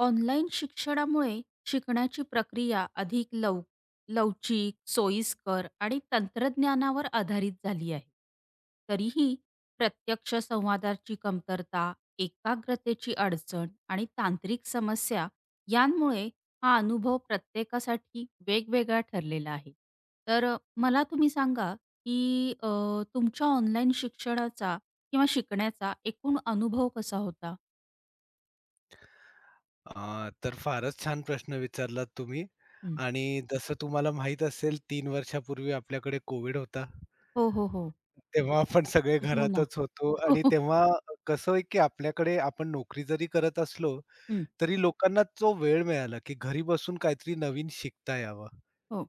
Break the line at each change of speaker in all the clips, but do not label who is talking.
Online शिक्षणामुळे शिकण्याची प्रक्रिया अधिक लवचिक, सोयीस्कर आणि तंत्रज्ञानावर आधारित झाली आहे. तरीही प्रत्यक्ष संवादाची कमतरता, एकाग्रतेची अडचण आणि तांत्रिक समस्या यांमुळे हा अनुभव प्रत्येकासाठी वेगवेगळा ठरलेला आहे. तर मला तुम्ही सांगा, की तुमच्या ऑनलाईन शिक्षणाचा किंवा शिकण्याचा एकूण अनुभव कसा होता?
तर फारच छान प्रश्न विचारलात तुम्ही.
हं.
आणि जसं तुम्हाला माहीत असेल 3 वर्षापूर्वी आपल्याकडे कोविड होता.
हो, हो, हो.
तेव्हा आपण सगळे
हो ना.
घरातच होतो
हो,
आणि
हो.
तेव्हा कसं आहे, की आपल्याकडे आपण नोकरी जरी करत असलो,
हं.
तरी लोकांना तो वेळ मिळाला, की घरी बसून काहीतरी नवीन शिकता यावं.
हो.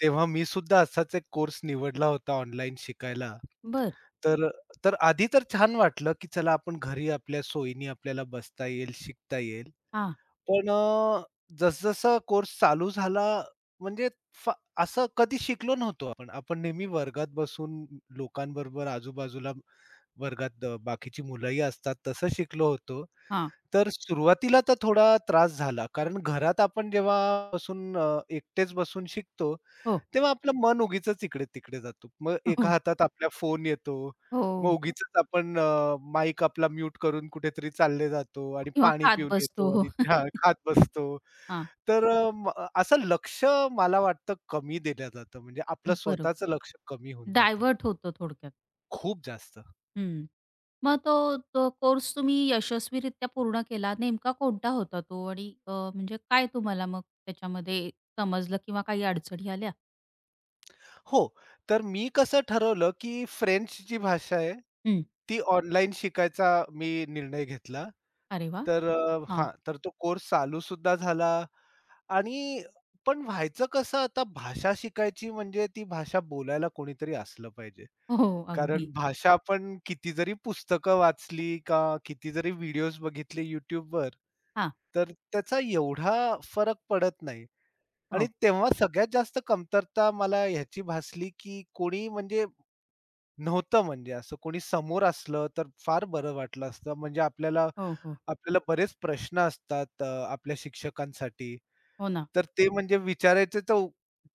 तेव्हा मी सुद्धा असाच एक कोर्स निवडला होता ऑनलाईन शिकायला.
बरं.
तर तर आधी तर छान वाटलं, की चला आपण घरी आपल्या सोयीने आपल्याला बसता येईल, शिकता येईल.
हा,
पण जसं कोर्स चालू झाला म्हणजे फा असं कधी शिकलो नव्हतो आपण. आपण नेहमी वर्गात बसून लोकांबरोबर आजूबाजूला वर्गात बाकीची मुलंही असतात तसं शिकलो होतो.
हा,
तर सुरुवातीला तर थोडा त्रास झाला कारण घरात आपण जेव्हा बसून एकटेच बसून शिकतो,
हो,
तेव्हा आपलं मन उगीचच इकडे-तिकडे जातो. मग एका
हो,
हातात आपल्या फोन येतो.
हो.
मग उगीचच आपण माईक आपला म्यूट करून कुठेतरी चालले जातो आणि
किंवा
पाणी
खात
पिऊन
बसतो.
येतो
हो.
आणि हां, खात बसतो.
हां,
तर अ, म असं लक्ष मला वाटतं कमी दिलं जातं. म्हणजे आपलं
बरोबर.
स्वतःचं लक्ष कमी होऊन जातं.
डायव्हर्ट होतो थोडक्यात.
खूप जास्त.
हं. मग तो तो कोर्स तुम्ही यशस्वीरित्या पूर्ण केला. नेमका कोणता होता तो? आणि म्हणजे काय तुम्हाला मग त्याच्यामध्ये समजलं किंवा काही अडचणी आल्या?
हो. तर मी कसं ठरवलं, की फ्रेंच जी भाषा आहे,
हं.
ती ऑनलाईन शिकायचा मी निर्णय घेतला.
अरे वाह!
तर
हां.
हां, तर तो कोर्स चालू सुद्धा झाला आणि पण व्हायचं कसं आता भाषा शिकायची म्हणजे ती भाषा बोलायला कोणीतरी असलं पाहिजे.
हो, हो.
कारण
अगदी.
भाषा आपण किती जरी पुस्तकं वाचली का किती जरी व्हिडिओज बघितले YouTubeवर,
हां.
तर त्याचा एवढा फरक पडत नाही. आणि
हो,
तेव्हा सगळ्यात जास्त कमतरता मला ह्याची भासली, की कोणी म्हणजे नव्हतं म्हणजे असं कोणी समोर असलं तर फार बरं वाटलं असतं. म्हणजे आपल्याला
हो, हो.
आपल्याला बरेच प्रश्न असतात आपल्या शिक्षकांसाठी.
हो ना.
तर ते म्हणजे विचारायचे तर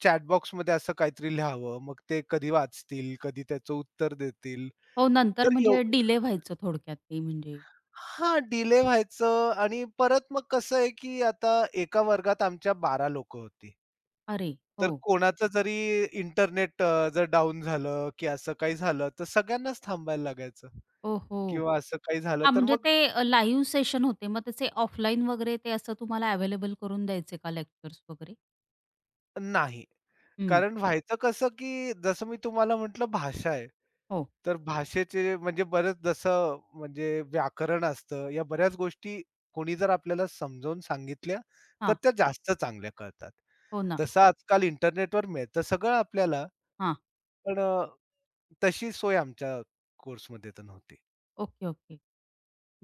चॅट बॉक्समध्ये असं काहीतरी लिहावं. मग ते कधी वाचतील, कधी त्याचं उत्तर देतील.
हो, नंतर
तर एव
म्हणजे डिले व्हायचं थोडक्यात ते म्हणजे.
हां, डिले व्हायचं आणि परत मग कसं आहे, की आता एका वर्गात आमच्या 12 लोकं होती.
अरे!
तर
हो.
कोणाचं जरी इंटरनेट जर डाउन झालं, की असं काही झालं, तर सगळ्यांनाच थांबायला लागायचं
ओहो!
किंवा असं काही झालं,
हां,
तर
म्हणजे
मग
ते लाईव्ह सेशन होते. मग त्याचे ऑफलाईन वगैरे ते असं तुम्हाला अवेलेबल करून द्यायचे का लेक्चर्स वगैरे?
नाही.
हं,
कारण व्हायचं कसं, की जसं मी तुम्हाला म्हटलं भाषा आहे.
हो.
तर भाषेचे म्हणजे बरंच जसं म्हणजे व्याकरण असतं, या बऱ्याच गोष्टी कोणी जर आपल्याला समजावून सांगितल्या, तर
हां,
त्या जास्त चांगल्या कळतात.
हो ना.
तसं आजकाल इंटरनेटवर मिळतं सगळं आपल्याला,
हां,
पण तशी सोय आमच्या कोर्समध्ये तर नव्हती.
Okay, okay.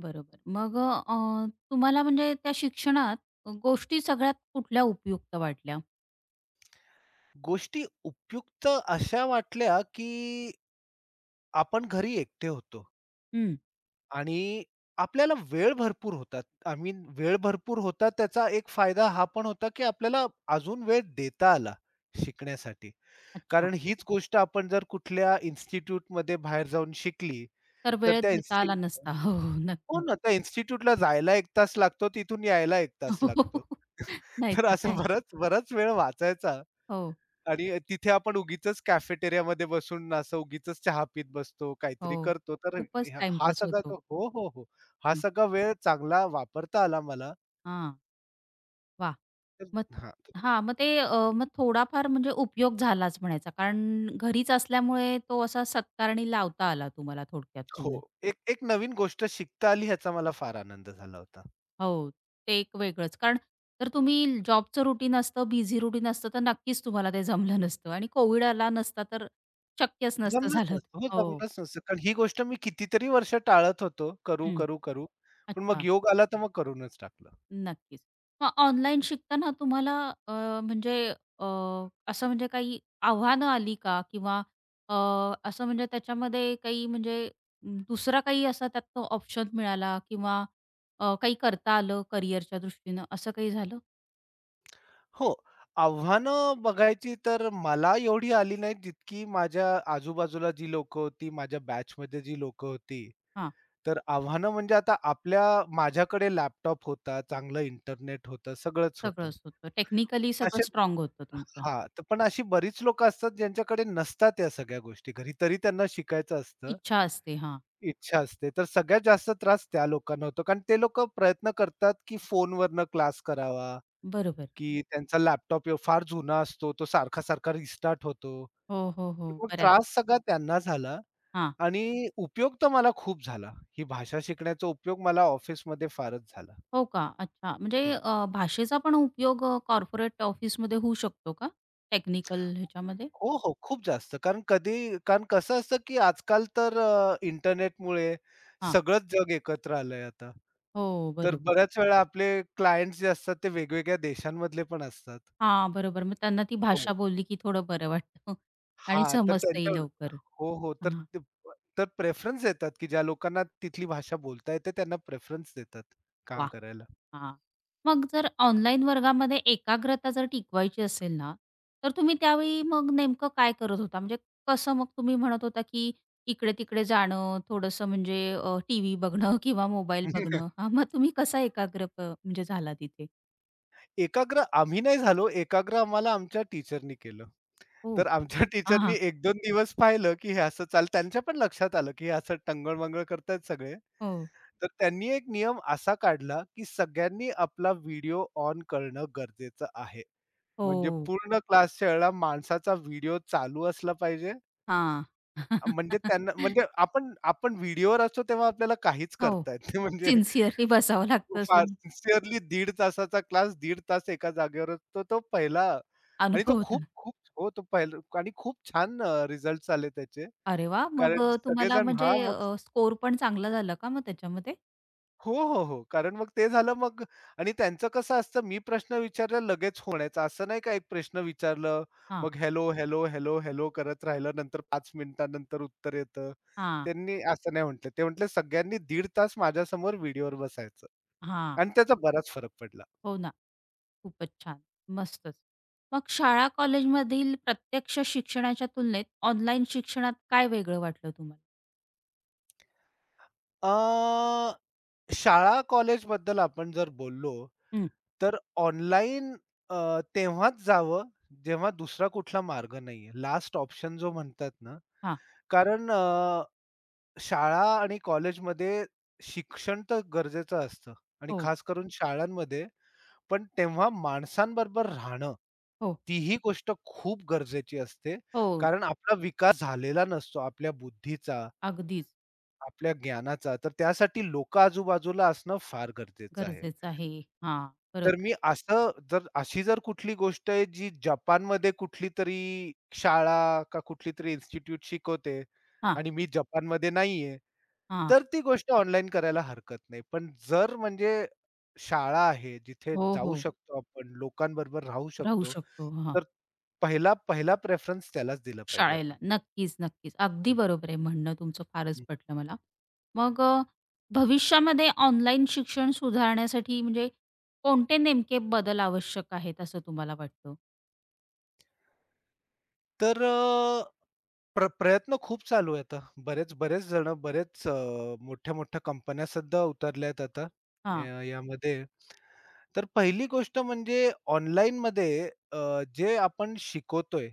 बरोबर. मग तुम्हाला म्हणजे त्या शिक्षणात गोष्टी सगळ्यात कुठल्या उपयुक्त वाटल्या?
गोष्टी उपयुक्त अशा वाटल्या, की आपण घरी एकटे होतो
हं.
आणि आपल्याला वेळ भरपूर होता. आय मीन वेळ भरपूर होता त्याचा एक फायदा हा पण होता, की आपल्याला अजून वेळ देता आला शिकण्यासाठी.
अच्छा.
कारण हीच गोष्ट आपण जर कुठल्या इन्स्टिट्यूटमध्ये बाहेर जाऊन शिकली,
तर
तर
वेळेत
त्या
देता
इन्स्टि
आला नसता. हो, हो,
हो
नक्कीच.
ना, त्या इन्स्टिट्यूटला जायला 1 तास लागतो, तिथून यायला 1 तास लागतो. तर
नाहीतर
असा
काय.
बराच बराच वेळ वाचायचा
हो,
आणि तिथे आपण उगीचच कॅफेटेरियामध्ये बसून असं उगीचच चहा पीत बसतो,
हो.
काहीतरी करतो. तर
खूपच
ह हा
टाईमपास
सगळा
होतो.
तो हो, हो, हो. हा सगळा वेळ चांगला वापरता आला मला.
हां, वाह!
तर
मग
हां.
हां, मग ते मग थोडाफार म्हणजे उपयोग झालाच म्हणायचा. कारण घरीच असल्यामुळे तो असा सत्कारणी लावता आला तुम्हाला थोडक्यात तो
हो.
वेळ.
एक एक नवीन गोष्ट शिकता आली ह्याचा मला फार आनंद झाला होता.
हो, ते एक वेगळंच. कारण जर तुम्ही जॉबचं रुटीन असतं, बिझी रुटीन असतं, तर नक्कीच तुम्हाला ते जमलं नसतं आणि कोविड आला नसता तर शक्यच नसतं
जमलंच
झालं.
नसतं. हो,
हो.
जमलंच नसतं. कारण ही गोष्ट मी कितीतरी वर्ष टाळत होतो. करू,
हं.
करू, करू. पण मग
अच्छा.
योग आला तर मग करूनच टाकलं.
नक्कीच. मग ऑनलाईन शिकताना तुम्हाला अ, म्हणजे अ, असं म्हणजे काही आव्हानं आली का? किंवा अ, असं म्हणजे त्याच्यामध्ये काही म्हणजे दुसरा काही असा त्यातनं ऑप्शन मिळाला किंवा काही करता आलं करिअरच्या दृष्टीनं असं काही झालं?
हो. आव्हानं बघायची तर मला एवढी आली नाहीत, जितकी माझ्या आजूबाजूला जी लोक होती, माझ्या बॅचमध्ये जी लोक होती.
हां,
तर आव्हानं म्हणजे आता आपल्या माझ्याकडे लॅपटॉप होता, चांगलं इंटरनेट होतं, सगळंच होतं.
सगळंच होतं. टेक्निकली
असे
सगळं स्ट्राँग होतं तुमचं.
हां, तर पण अशी बरीच लोक असतात, ज्यांच्याकडे नसतात या सगळ्या गोष्टी घरी, तरी त्यांना शिकायचं असतं,
इच्छा असते. हां,
इच्छा असते. तर सगळ्यात जास्त त्रास त्या लोकांना होतो, कारण ते लोकं प्रयत्न करतात, की फोनवरनं क्लास करावा
बरोबर.
की त्यांचा लॅपटॉप फार जुना असतो. तो सारखा-सारखा रिस्टार्ट होतो.
हो, हो, हो.
मग
बऱ्याच
त्रास सगळा त्यांना झाला
हां.
आणि उपयोग तर मला खूप झाला. ही भाषा शिकण्याचा उपयोग मला ऑफिसमध्ये फारच झाला.
हो का? अच्छा. म्हणजे
हं.
भाषेचा पण उपयोग कॉर्पोरेट ऑफिसमध्ये होऊ शकतो का? टेक्निकल ह्याच्यामध्ये?
हो, हो. खूप जास्त. कारण कसं असतं, की आजकाल तर इंटरनेटमुळे
हां.
सगळंच जग एकत्र आलंय आता.
हो,
तर
बरोबर.
बऱ्याच वेळा आपले क्लायंट्स जे असतात ते वेगवेगळ्या देशांमधले पण असतात.
हां, बरोबर. मग त्यांना ती
हो.
भाषा बोलली की थोडं बरं वाटतं आणि
हां, तर
समजतंही
त्यांच्यावर
लवकर.
हो, हो. तर
हां.
ते तर प्रेफरन्स देतात, की ज्या लोकांना तिथली भाषा बोलता येते त्यांना प्रेफरन्स देतात काम
वाह!
करायला.
हां. मग जर ऑनलाईन वर्गामध्ये एकाग्रता जर टिकवायची असेल ना, तर तुम्ही त्यावेळी मग नेमकं काय करत होता? म्हणजे कसं मग तुम्ही म्हणत होता, की इकडे-तिकडे जाणं, थोडंसं म्हणजे टीव्ही बघणं किंवा मोबाईल बघणं. हां, मग तुम्ही कसा एकाग्र म्हणजे झाला तिथे?
एकाग्र आम्ही नाही झालो, एकाग्र आम्हाला आमच्या टीचरनी केलं.
हो.
तर आमच्या टीचरनी
हां,
1-2 दिवस पाहिलं, की हे असं चाल त्यांच्या पण लक्षात आलं, की हे असं टंगळ करतायत सगळे.
हो.
तर त्यांनी एक नियम असा काढला, की सगळ्यांनी आपला व्हिडिओ ऑन करणं गरजेचं आहे. म्हणजे
हो.
पूर्ण क्लासच्या वेळेला माणसाचा व्हिडिओ चालू असला पाहिजे
हां.
म्हणजे त्यांना म्हणजे आपण आपण व्हिडिओवर असतो तेव्हा आपल्याला काहीच
हो.
करता येत नाही म्हणजे
सिन्सिअरली बसावं लागतं
फार
असून
सिन्सिअरली दीड तासाचा क्लास दीड तास एका जागेवर असतो. तो पहिला आणि तो
अनुभव
खूप
होता.
खूप हो, तो पहिला आणि खूप छान रिझल्ट्स आले त्याचे.
अरे वाह! मग
कारण
तुम्हाला
सगळेजण
म्हणजे
हां, मग
स्कोर पण चांगला झाला का मग त्याच्यामध्ये?
हो, हो, हो. कारण मग ते झालं मग आणि त्यांचं कसं असतं मी प्रश्न विचारला लगेच होण्याचा. असं नाही का एक प्रश्न विचारलं,
हां,
मग हॅलो, हॅलो, हॅलो, हॅलो करत राहिलं. नंतर 5 मिनिटानंतर उत्तर येतं.
हां.
त्यांनी असं नाही म्हटलं. ते म्हटले सगळ्यांनी दीड तास माझ्यासमोर व्हिडिओवर बसायचं
हां.
आणि त्याचा बराच फरक पडला.
हो ना. खूपच छान. मस्तच. मग शाळा कॉलेजमधील प्रत्यक्ष शिक्षणाच्या तुलनेत ऑनलाईन शिक्षणात काय वेगळं वाटलं तुम्हाला?
अ, शाळा कॉलेजबद्दल आपण जर बोललो,
हं.
तर ऑनलाईन तेव्हाच जावं, जेव्हा दुसरा कुठला मार्ग नाहीये. लास्ट ऑप्शन जो म्हणतात ना,
हां.
कारण शाळा आणि कॉलेजमध्ये शिक्षण तर गरजेचं असतं आणि
हो,
खास करून शाळांमध्ये. पण तेव्हा माणसांबरोबर राहणं,
हो,
तीही गोष्ट खूप गरजेची असते.
हो.
कारण आपला विकास झालेला नसतो आपल्या बुद्धीचा
अगदीच
आपल्या ज्ञानाचा, तर त्यासाठी लोकं आजूबाजूला असणं फार गरजेचं आहे.
गरजेचं आहे. हां.
तर
बरोबर.
मी असं जर अशी जर कुठली गोष्ट आहे जी जपानमध्ये कुठली तरी शाळा का कुठली तरी इन्स्टिट्यूट शिकवते
हां,
आणि मी जपानमध्ये नाहीये,
हां.
तर ती गोष्ट ऑनलाईन करायला हरकत नाही. पण जर म्हणजे शाळा आहे, जिथे
हो,
जाऊ
हो.
शकतो आपण, लोकांबरोबर राहू
राहू
शकतो,
शकतो. हां.
तर पहिला पहिला प्रेफरन्स त्यालाच दिला पाहिजे
शाळेला.
आपण.
नक्कीच, नक्कीच. अगदी बरोबर आहे म्हणणं तुमचं फारच
हं.
पटलं मला. मग भविष्यामध्ये ऑनलाईन शिक्षण सुधारण्यासाठी म्हणजे कोणते नेमके बदल आवश्यक आहेत असं तुम्हाला वाटतं?
तर प्रयत्न खूप चालू आहेत. बरेच बरेच जण बरेच मोठ्या-मोठ्या कंपन्या सुद्धा उतरल्यात आता अ,
हां,
यामध्ये. तर पहिली गोष्ट म्हणजे ऑनलाईनमध्ये जे आपण शिकवतोय,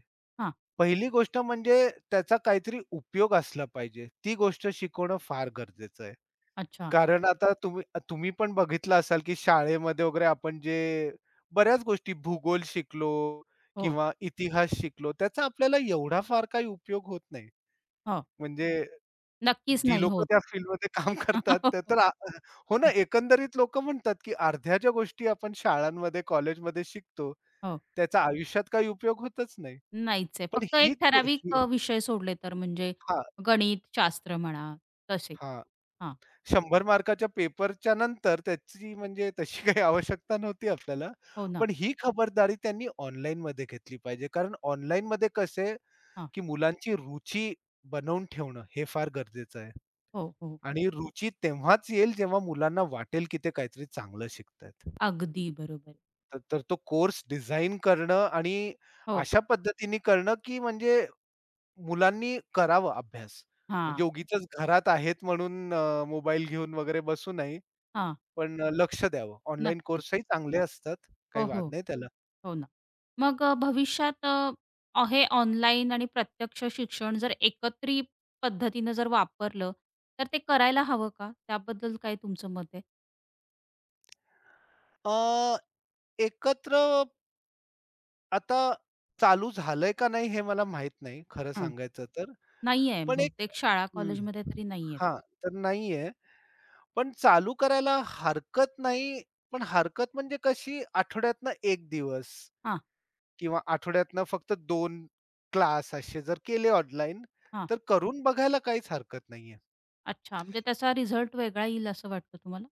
पहिली गोष्ट म्हणजे त्याचा काहीतरी उपयोग असला पाहिजे. ती गोष्ट शिकवणं फार गरजेचं आहे.
अच्छा.
कारण आता तुम्ही तुम्ही पण बघितलं असाल, की शाळेमध्ये वगैरे आपण जे बऱ्याच गोष्टी भूगोल शिकलो
हो,
किंवा इतिहास शिकलो, त्याचा आपल्याला एवढा फार काही उपयोग होत नाही.
हो.
म्हणजे
नक्कीच
जी
नाही
लोकं
होत.
त्या फील्डमध्ये काम करतात, ते तर आ हो ना, एकंदरीत लोकं म्हणतात, की अर्ध्या ज्या गोष्टी आपण शाळांमध्ये, कॉलेजमध्ये शिकतो,
हो,
त्याचा आयुष्यात काही उपयोग होतच नाही.
नाहीच आहे.
पण
फक्त एक
हीच
ठराविक
ही
विषय सोडले तर म्हणजे
हां,
गणित, शास्त्र म्हणा तसे.
हां.
हां,
100 मार्काच्या पेपरच्या नंतर त्याची म्हणजे तशी काही आवश्यकता नव्हती आपल्याला.
हो ना.
पण ही खबरदारी त्यांनी ऑनलाईनमध्ये घेतली पाहिजे. कारण ऑनलाईनमध्ये कसं आहे,
हां.
की मुलांची रुची बनवून ठेवणं हे फार गरजेचं आहे.
हो, हो.
आणि रुची तेव्हाच येईल जेव्हा मुलांना वाटेल, की ते काहीतरी चांगलं शिकतायत.
अगदी बरोबर.
तर तर तो कोर्स डिझाइन करणं आणि
हो.
अशा पद्धतीने करणं, की म्हणजे मुलांनी करावं अभ्यास. म्हणजे
हां,
उगीचच घरात आहेत म्हणून मोबाईल घेऊन वगैरे बसू नये.
हां.
पण लक्ष द्यावं. ऑनलाईन
नक्कीच.
कोर्सही चांगले असतात. काही
हो,
वाद
हो.
नाही त्याला.
हो ना. मग भविष्यात अ, अ, हे ऑनलाईन आणि प्रत्यक्ष शिक्षण जर एकत्रित पद्धतीनं जर वापरलं, तर ते करायला हवं का? त्याबद्दल काय तुमचं मत आहे?
अ, एकत्र आता चालू झालंय का नाही हे मला माहीत नाही खरं सांगायचं तर.
नाहीये.
पण एक
बहुतेक शाळा
हं.
कॉलेजमध्ये तरी नाहीये.
हां, तर नाहीये. पण चालू करायला हरकत नाही. पण हरकत म्हणजे कशी आठवड्यातनं एक दिवस
हां,
किंवा आठवड्यातनं फक्त 2 क्लास असे जर केले ऑनलाईन
हां.
तर करून बघायला काहीच हरकत नाहीये.
अच्छा. म्हणजे त्याचा रिझल्ट वेगळा येईल असं वाटतं तुम्हाला?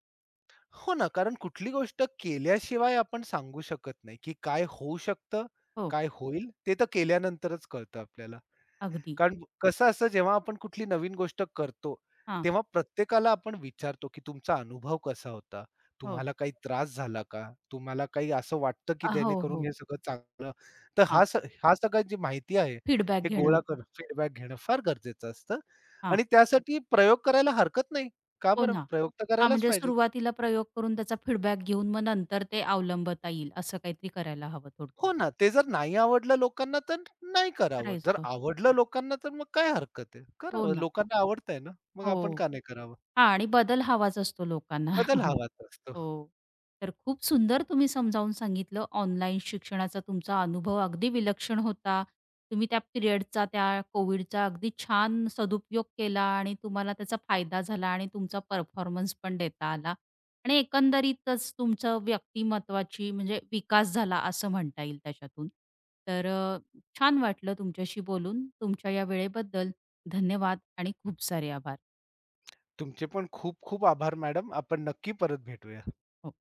हो ना, कारण कुठली गोष्ट केल्याशिवाय आपण सांगू शकत नाही, की काय होऊ शकतं,
हो,
काय होईल? ते तर केल्यानंतरच कळतं आपल्याला.
अगदी.
कारण कसं असतं जेव्हा आपण कुठली नवीन गोष्ट करतो,
हां,
तेव्हा प्रत्येकाला आपण विचारतो, की तुमचा अनुभव कसा होता?
हो.
तुम्हाला काही त्रास झाला का? तुम्हाला काही असं वाटतं, की
अ, हो,
जेणेकरून
हो.
हे सगळं चांगलं तर
हां,
हा स हा सगळ्या जी माहिती आहे,
फीडबॅक
हे
घेणं.
गोळा करणं, फीडबॅक घेणं फार गरजेचं असतं
हां,
आणि त्यासाठी प्रयोग करायला हरकत नाही. का
हो
बरं?
ना.
प्रयोग तर
हां,
करायलाच
म्हणजे
पाहिजे.
सुरुवातीला प्रयोग करून त्याचा फीडबॅक घेऊन मग नंतर ते अवलंबता येईल असं काहीतरी करायला हवं थोडक्यात.
हो ना, ते जर नाही आवडलं लोकांना तर नाही करावं. जर
करायचं.
आवडलं लोकांना तर मग काय हरकत आहे?
हो
करावं.
ना.
लोकांना आवडतंय ना, मग आपण
हो.
का नाही करावं?
हां आणि बदल हवाच असतो लोकांना.
बदल हवाच असतो.
हो. तर खूप सुंदर तुम्ही समजावून सांगितलं. ऑनलाईन शिक्षणाचा तुमचा अनुभव अगदी विलक्षण होता. तुम्ही त्या पिरियडचा, त्या कोविडचा अगदी छान सदुपयोग केला आणि तुम्हाला त्याचा फायदा झाला आणि तुमचा परफॉर्मन्स पण देता आला आणि एकंदरीतच तुमचं व्यक्तिमत्त्वाची म्हणजे विकास झाला असं म्हणता येईल त्याच्यातून. तर छान वाटलं तुमच्याशी बोलून. तुमच्या या वेळेबद्दल धन्यवाद आणि खूप सारे आभार.
तुमचे पण खूप खूप आभार मॅडम. आपण नक्की परत भेटूया.
हो.